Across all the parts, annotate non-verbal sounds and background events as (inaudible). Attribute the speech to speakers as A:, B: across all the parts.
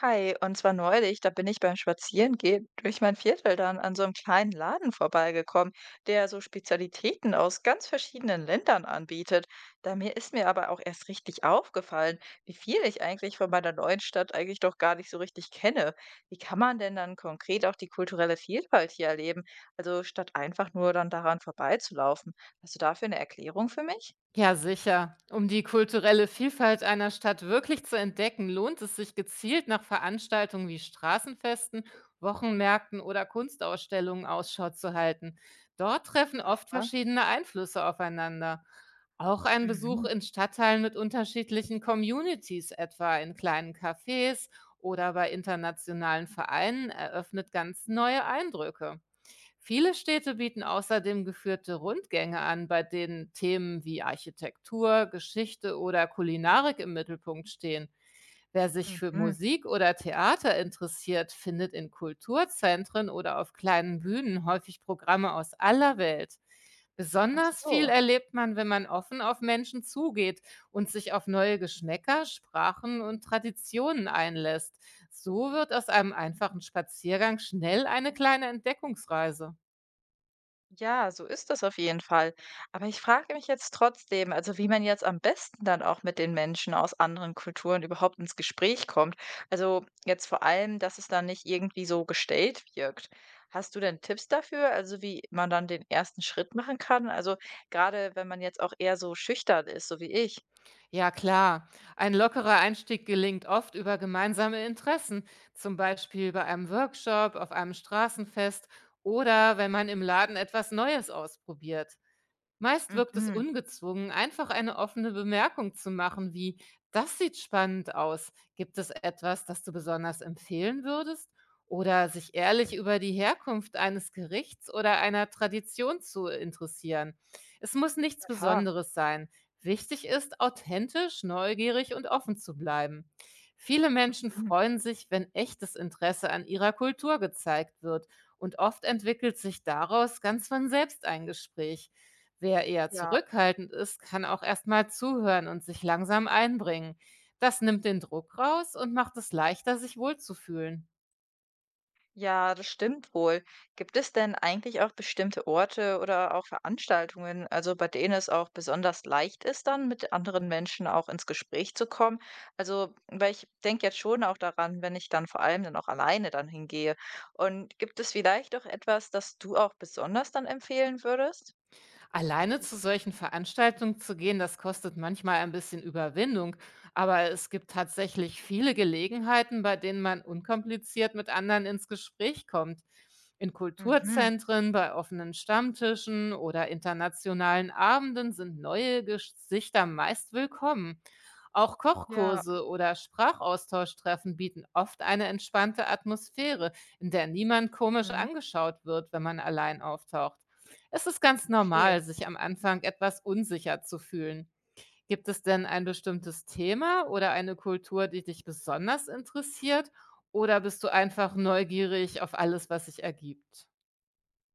A: Hi, und zwar neulich, da bin ich beim Spazierengehen durch mein Viertel dann an so einem kleinen Laden vorbeigekommen, der so Spezialitäten aus ganz verschiedenen Ländern anbietet. Da mir ist mir aber auch erst richtig aufgefallen, wie viel ich eigentlich von meiner neuen Stadt eigentlich doch gar nicht so richtig kenne. Wie kann man denn dann konkret auch die kulturelle Vielfalt hier erleben? Also statt einfach nur dann daran vorbeizulaufen. Hast du dafür eine Erklärung für mich?
B: Ja, sicher. Um die kulturelle Vielfalt einer Stadt wirklich zu entdecken, lohnt es sich gezielt nach Veranstaltungen wie Straßenfesten, Wochenmärkten oder Kunstausstellungen Ausschau zu halten. Dort treffen oft
A: Aha.
B: verschiedene Einflüsse aufeinander. Auch ein Besuch
A: Mhm.
B: in Stadtteilen mit unterschiedlichen Communities, etwa in kleinen Cafés oder bei internationalen Vereinen, eröffnet ganz neue Eindrücke. Viele Städte bieten außerdem geführte Rundgänge an, bei denen Themen wie Architektur, Geschichte oder Kulinarik im Mittelpunkt stehen. Wer sich für
A: Mhm.
B: Musik oder Theater interessiert, findet in Kulturzentren oder auf kleinen Bühnen häufig Programme aus aller Welt.
A: Ach
B: Besonders viel
A: so.
B: erlebt man, wenn man offen auf Menschen zugeht und sich auf neue Geschmäcker, Sprachen und Traditionen einlässt. So wird aus einem einfachen Spaziergang schnell eine kleine Entdeckungsreise.
A: Ja, so ist das auf jeden Fall. Aber ich frage mich jetzt trotzdem, also wie man jetzt am besten dann auch mit den Menschen aus anderen Kulturen überhaupt ins Gespräch kommt. Also jetzt vor allem, dass es dann nicht irgendwie so gestellt wirkt. Hast du denn Tipps dafür, also wie man dann den ersten Schritt machen kann? Also gerade wenn man jetzt auch eher so schüchtern ist, so wie ich.
B: Ja, klar. Ein lockerer Einstieg gelingt oft über gemeinsame Interessen, zum Beispiel bei einem Workshop, auf einem Straßenfest oder wenn man im Laden etwas Neues ausprobiert. Meist wirkt es
A: Mhm.
B: ungezwungen, einfach eine offene Bemerkung zu machen, wie: Das sieht spannend aus. Gibt es etwas, das du besonders empfehlen würdest? Oder sich ehrlich über die Herkunft eines Gerichts oder einer Tradition zu interessieren. Es muss nichts
A: Aha.
B: Besonderes sein. Wichtig ist, authentisch, neugierig und offen zu bleiben. Viele Menschen
A: Mhm.
B: freuen sich, wenn echtes Interesse an ihrer Kultur gezeigt wird. Und oft entwickelt sich daraus ganz von selbst ein Gespräch. Wer eher
A: Ja.
B: zurückhaltend ist, kann auch erst mal zuhören und sich langsam einbringen. Das nimmt den Druck raus und macht es leichter, sich wohlzufühlen.
A: Ja, das stimmt wohl. Gibt es denn eigentlich auch bestimmte Orte oder auch Veranstaltungen, also bei denen es auch besonders leicht ist, dann mit anderen Menschen auch ins Gespräch zu kommen? Also, weil ich denke jetzt schon auch daran, wenn ich dann vor allem dann auch alleine dann hingehe. Und gibt es vielleicht auch etwas, das du auch besonders dann empfehlen würdest?
B: Alleine zu solchen Veranstaltungen zu gehen, das kostet manchmal ein bisschen Überwindung, aber es gibt tatsächlich viele Gelegenheiten, bei denen man unkompliziert mit anderen ins Gespräch kommt. In
A: Mhm.
B: Kulturzentren, bei offenen Stammtischen oder internationalen Abenden sind neue Gesichter meist willkommen. Auch
A: Ja,
B: Kochkurse oder Sprachaustauschtreffen bieten oft eine entspannte Atmosphäre, in der niemand komisch
A: mhm.
B: angeschaut wird, wenn man allein auftaucht. Es ist ganz
A: Okay.
B: normal, sich am Anfang etwas unsicher zu fühlen. Gibt es denn ein bestimmtes Thema oder eine Kultur, die dich besonders interessiert? Oder bist du einfach neugierig auf alles, was sich ergibt?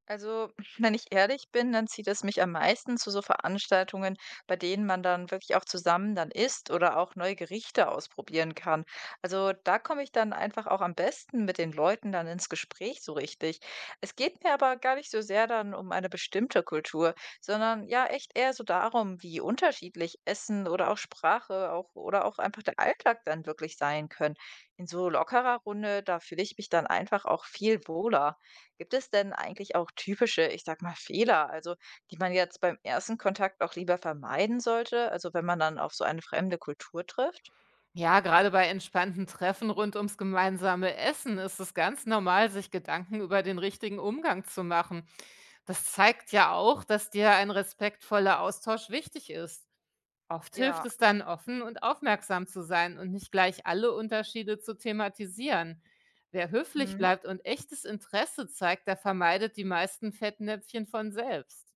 A: Also, (laughs) wenn ich ehrlich bin, dann zieht es mich am meisten zu so Veranstaltungen, bei denen man dann wirklich auch zusammen dann isst oder auch neue Gerichte ausprobieren kann. Also, da komme ich dann einfach auch am besten mit den Leuten dann ins Gespräch so richtig. Es geht mir aber gar nicht so sehr dann um eine bestimmte Kultur, sondern ja echt eher so darum, wie unterschiedlich Essen oder auch Sprache auch oder auch einfach der Alltag dann wirklich sein können. In so lockerer Runde, da fühle ich mich dann einfach auch viel wohler. Gibt es denn eigentlich auch typische, ich sag mal, Fehler, also die man jetzt beim ersten Kontakt auch lieber vermeiden sollte, also wenn man dann auf so eine fremde Kultur trifft?
B: Ja, gerade bei entspannten Treffen rund ums gemeinsame Essen ist es ganz normal, sich Gedanken über den richtigen Umgang zu machen. Das zeigt ja auch, dass dir ein respektvoller Austausch wichtig ist. Oft hilft
A: Ja.
B: es dann, offen und aufmerksam zu sein und nicht gleich alle Unterschiede zu thematisieren. Wer höflich bleibt und echtes Interesse zeigt, der vermeidet die meisten Fettnäpfchen von selbst.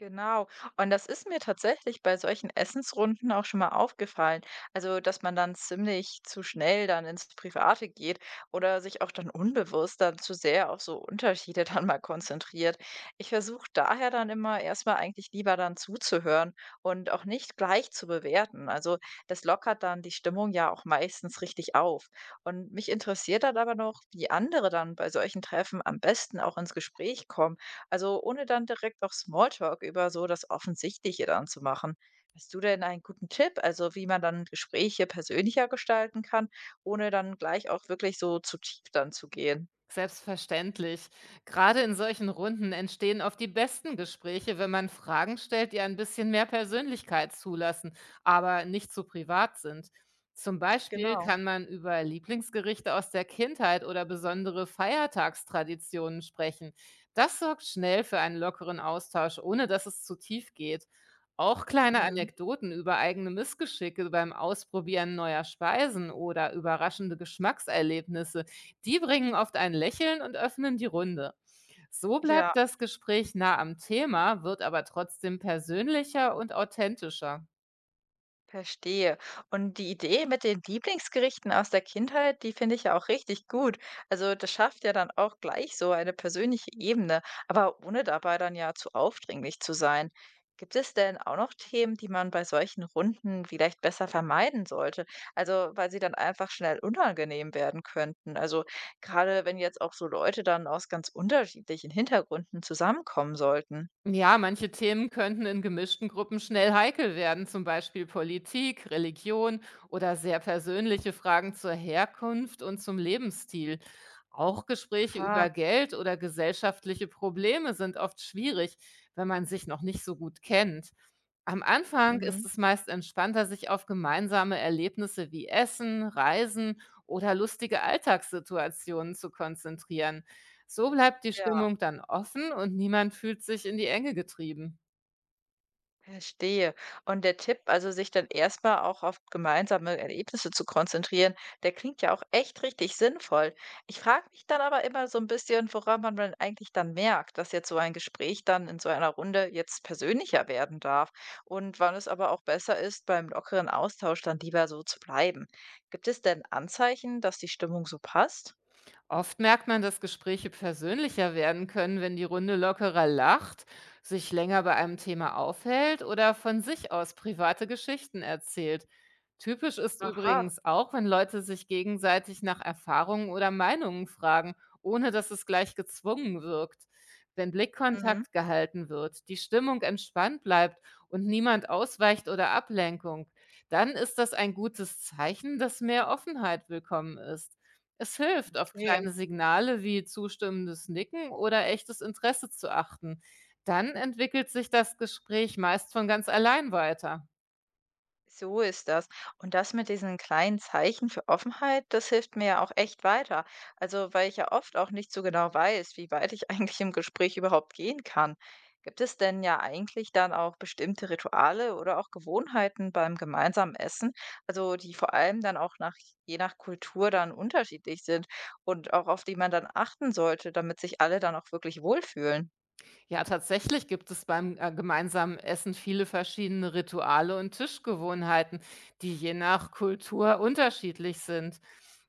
A: Genau. Und das ist mir tatsächlich bei solchen Essensrunden auch schon mal aufgefallen. Also, dass man dann ziemlich zu schnell dann ins Private geht oder sich auch dann unbewusst dann zu sehr auf so Unterschiede (laughs) dann mal konzentriert. Ich versuche daher dann immer erstmal eigentlich lieber dann zuzuhören und auch nicht gleich zu bewerten. Also, das lockert dann die Stimmung ja auch meistens richtig auf. Und mich interessiert dann aber noch, wie andere dann bei solchen Treffen am besten auch ins Gespräch kommen, also ohne dann direkt auch Smalltalk über so das Offensichtliche dann zu machen. Hast du denn einen guten Tipp, also wie man dann Gespräche persönlicher gestalten kann, ohne dann gleich auch wirklich so zu tief dann zu gehen?
B: Selbstverständlich. Gerade in solchen Runden entstehen oft die besten Gespräche, wenn man Fragen stellt, die ein bisschen mehr Persönlichkeit zulassen, aber nicht zu privat sind. Zum Beispiel
A: Genau.
B: kann man über Lieblingsgerichte aus der Kindheit oder besondere Feiertagstraditionen sprechen. Das sorgt schnell für einen lockeren Austausch, ohne dass es zu tief geht. Auch kleine
A: Mhm.
B: Anekdoten über eigene Missgeschicke beim Ausprobieren neuer Speisen oder überraschende Geschmackserlebnisse, die bringen oft ein Lächeln und öffnen die Runde. So bleibt
A: Ja.
B: das Gespräch nah am Thema, wird aber trotzdem persönlicher und authentischer.
A: Verstehe. Und die Idee mit den Lieblingsgerichten aus der Kindheit, die finde ich ja auch richtig gut. Also das schafft ja dann auch gleich so eine persönliche Ebene, aber ohne dabei dann ja zu aufdringlich zu sein. Gibt es denn auch noch Themen, die man bei solchen Runden vielleicht besser vermeiden sollte? Also weil sie dann einfach schnell unangenehm werden könnten. Also gerade wenn jetzt auch so Leute dann aus ganz unterschiedlichen Hintergründen zusammenkommen sollten.
B: Ja, manche Themen könnten in gemischten Gruppen schnell heikel werden, zum Beispiel Politik, Religion oder sehr persönliche Fragen zur Herkunft und zum Lebensstil. Auch Gespräche
A: Aha.
B: über Geld oder gesellschaftliche Probleme sind oft schwierig, wenn man sich noch nicht so gut kennt. Am Anfang ist
A: Mhm.
B: es meist entspannter, sich auf gemeinsame Erlebnisse wie Essen, Reisen oder lustige Alltagssituationen zu konzentrieren. So bleibt die
A: Ja.
B: Stimmung dann offen und niemand fühlt sich in die Enge getrieben.
A: Verstehe. Und der Tipp, also sich dann erstmal auch auf gemeinsame Erlebnisse zu konzentrieren, der klingt ja auch echt richtig sinnvoll. Ich frage mich dann aber immer so ein bisschen, woran man dann eigentlich dann merkt, dass jetzt so ein Gespräch dann in so einer Runde jetzt persönlicher werden darf und wann es aber auch besser ist, beim lockeren Austausch dann lieber so zu bleiben. Gibt es denn Anzeichen, dass die Stimmung so passt?
B: Oft merkt man, dass Gespräche persönlicher werden können, wenn die Runde lockerer lacht, sich länger bei einem Thema aufhält oder von sich aus private Geschichten erzählt. Typisch ist
A: Aha.
B: übrigens auch, wenn Leute sich gegenseitig nach Erfahrungen oder Meinungen fragen, ohne dass es gleich gezwungen wirkt. Wenn
A: Mhm,
B: Blickkontakt gehalten wird, die Stimmung entspannt bleibt und niemand ausweicht oder Ablenkung, dann ist das ein gutes Zeichen, dass mehr Offenheit willkommen ist. Es hilft, auf
A: okay.
B: kleine Signale wie zustimmendes Nicken oder echtes Interesse zu achten. Dann entwickelt sich das Gespräch meist von ganz allein weiter.
A: So ist das. Und das mit diesen kleinen Zeichen für Offenheit, das hilft mir ja auch echt weiter. Also, weil ich ja oft auch nicht so genau weiß, wie weit ich (laughs) eigentlich im Gespräch überhaupt gehen kann. Gibt es denn ja eigentlich dann auch bestimmte Rituale oder auch Gewohnheiten beim gemeinsamen Essen, also die vor allem dann auch nach, je nach Kultur dann unterschiedlich sind und auch auf die man dann achten sollte, damit sich alle dann auch wirklich wohlfühlen?
B: Ja, tatsächlich gibt es beim gemeinsamen Essen viele verschiedene Rituale und Tischgewohnheiten, die je nach Kultur unterschiedlich sind.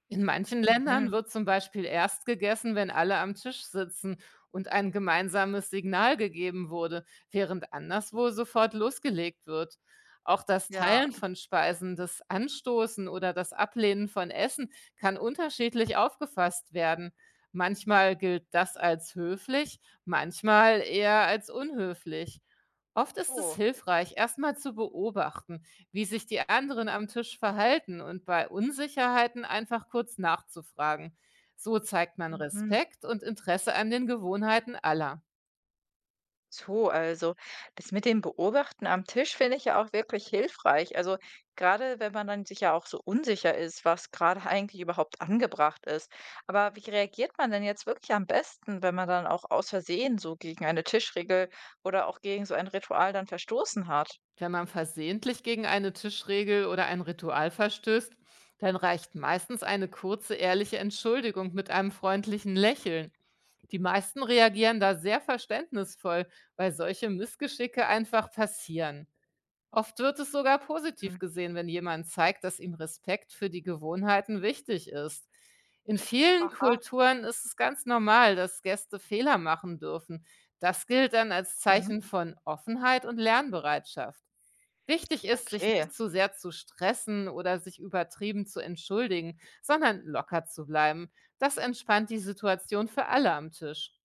B: In manchen Ländern
A: Mhm.
B: wird zum Beispiel erst gegessen, wenn alle am Tisch sitzen und ein gemeinsames Signal gegeben wurde, während anderswo sofort losgelegt wird. Auch das
A: Ja,
B: Teilen von Speisen, das Anstoßen oder das Ablehnen von Essen kann unterschiedlich aufgefasst werden. Manchmal gilt das als höflich, manchmal eher als unhöflich. Oft ist es
A: oh.
B: hilfreich, erstmal zu beobachten, wie sich die anderen am Tisch verhalten und bei Unsicherheiten einfach kurz nachzufragen. So zeigt man
A: Mhm.
B: Respekt und Interesse an den Gewohnheiten aller.
A: So, also das mit dem Beobachten am Tisch finde ich ja auch wirklich hilfreich. Also gerade wenn man dann sich ja auch so unsicher ist, was gerade eigentlich überhaupt angebracht ist. Aber wie reagiert man denn jetzt wirklich am besten, wenn man dann auch aus Versehen so gegen eine Tischregel oder auch gegen so ein Ritual dann verstoßen hat?
B: Wenn man versehentlich gegen eine Tischregel oder ein Ritual verstößt, dann reicht meistens eine kurze, ehrliche Entschuldigung mit einem freundlichen Lächeln. Die meisten reagieren da sehr verständnisvoll, weil solche Missgeschicke einfach passieren. Oft wird es sogar
A: Mhm.
B: positiv gesehen, wenn jemand zeigt, dass ihm Respekt für die Gewohnheiten wichtig ist. In vielen
A: Aha,
B: Kulturen ist es ganz normal, dass Gäste Fehler machen dürfen. Das gilt dann als
A: mhm.
B: Zeichen von Offenheit und Lernbereitschaft. Wichtig ist, sich
A: Okay.
B: nicht zu sehr zu stressen oder sich übertrieben zu entschuldigen, sondern locker zu bleiben. Das entspannt die Situation für alle am Tisch.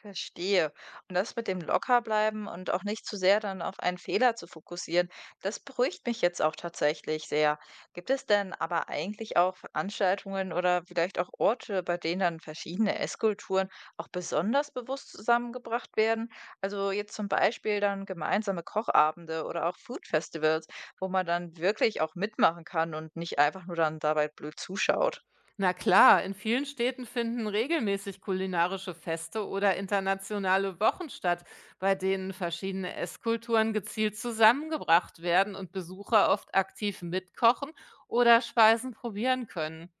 A: Verstehe. Und das mit dem Lockerbleiben und auch nicht zu sehr dann auf einen Fehler zu fokussieren, das beruhigt mich jetzt auch tatsächlich sehr. Gibt es denn aber eigentlich auch Veranstaltungen oder vielleicht auch Orte, bei denen dann verschiedene Esskulturen auch besonders bewusst zusammengebracht werden? Also jetzt zum Beispiel dann gemeinsame Kochabende oder auch Food-Festivals, wo man dann wirklich auch mitmachen kann und nicht einfach nur dann dabei blöd zuschaut.
B: Na klar, in vielen Städten finden regelmäßig kulinarische Feste oder internationale Wochen statt, bei denen verschiedene Esskulturen gezielt zusammengebracht werden und Besucher oft aktiv mitkochen oder Speisen probieren können.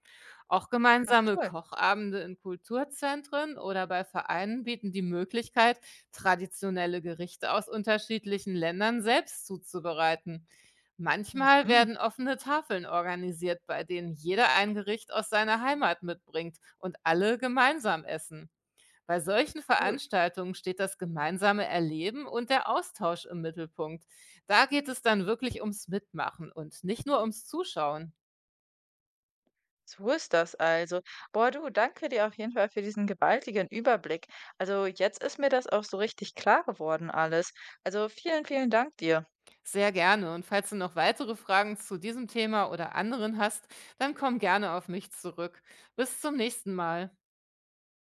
B: Auch
A: Ach
B: gemeinsame
A: toll.
B: Kochabende in Kulturzentren oder bei Vereinen bieten die Möglichkeit, traditionelle Gerichte aus unterschiedlichen Ländern selbst zuzubereiten. Manchmal
A: Mhm,
B: werden offene Tafeln organisiert, bei denen jeder ein Gericht aus seiner Heimat mitbringt und alle gemeinsam essen. Bei solchen
A: gut.
B: Veranstaltungen steht das gemeinsame Erleben und der Austausch im Mittelpunkt. Da geht es dann wirklich ums Mitmachen und nicht nur ums Zuschauen.
A: So ist das also. Boah, du, danke dir auf jeden Fall für diesen gewaltigen Überblick. Also jetzt ist mir das auch so richtig klar geworden alles. Also vielen, vielen Dank dir.
B: Sehr gerne. Und falls du noch weitere Fragen zu diesem Thema oder anderen hast, dann komm gerne auf mich zurück. Bis zum nächsten Mal.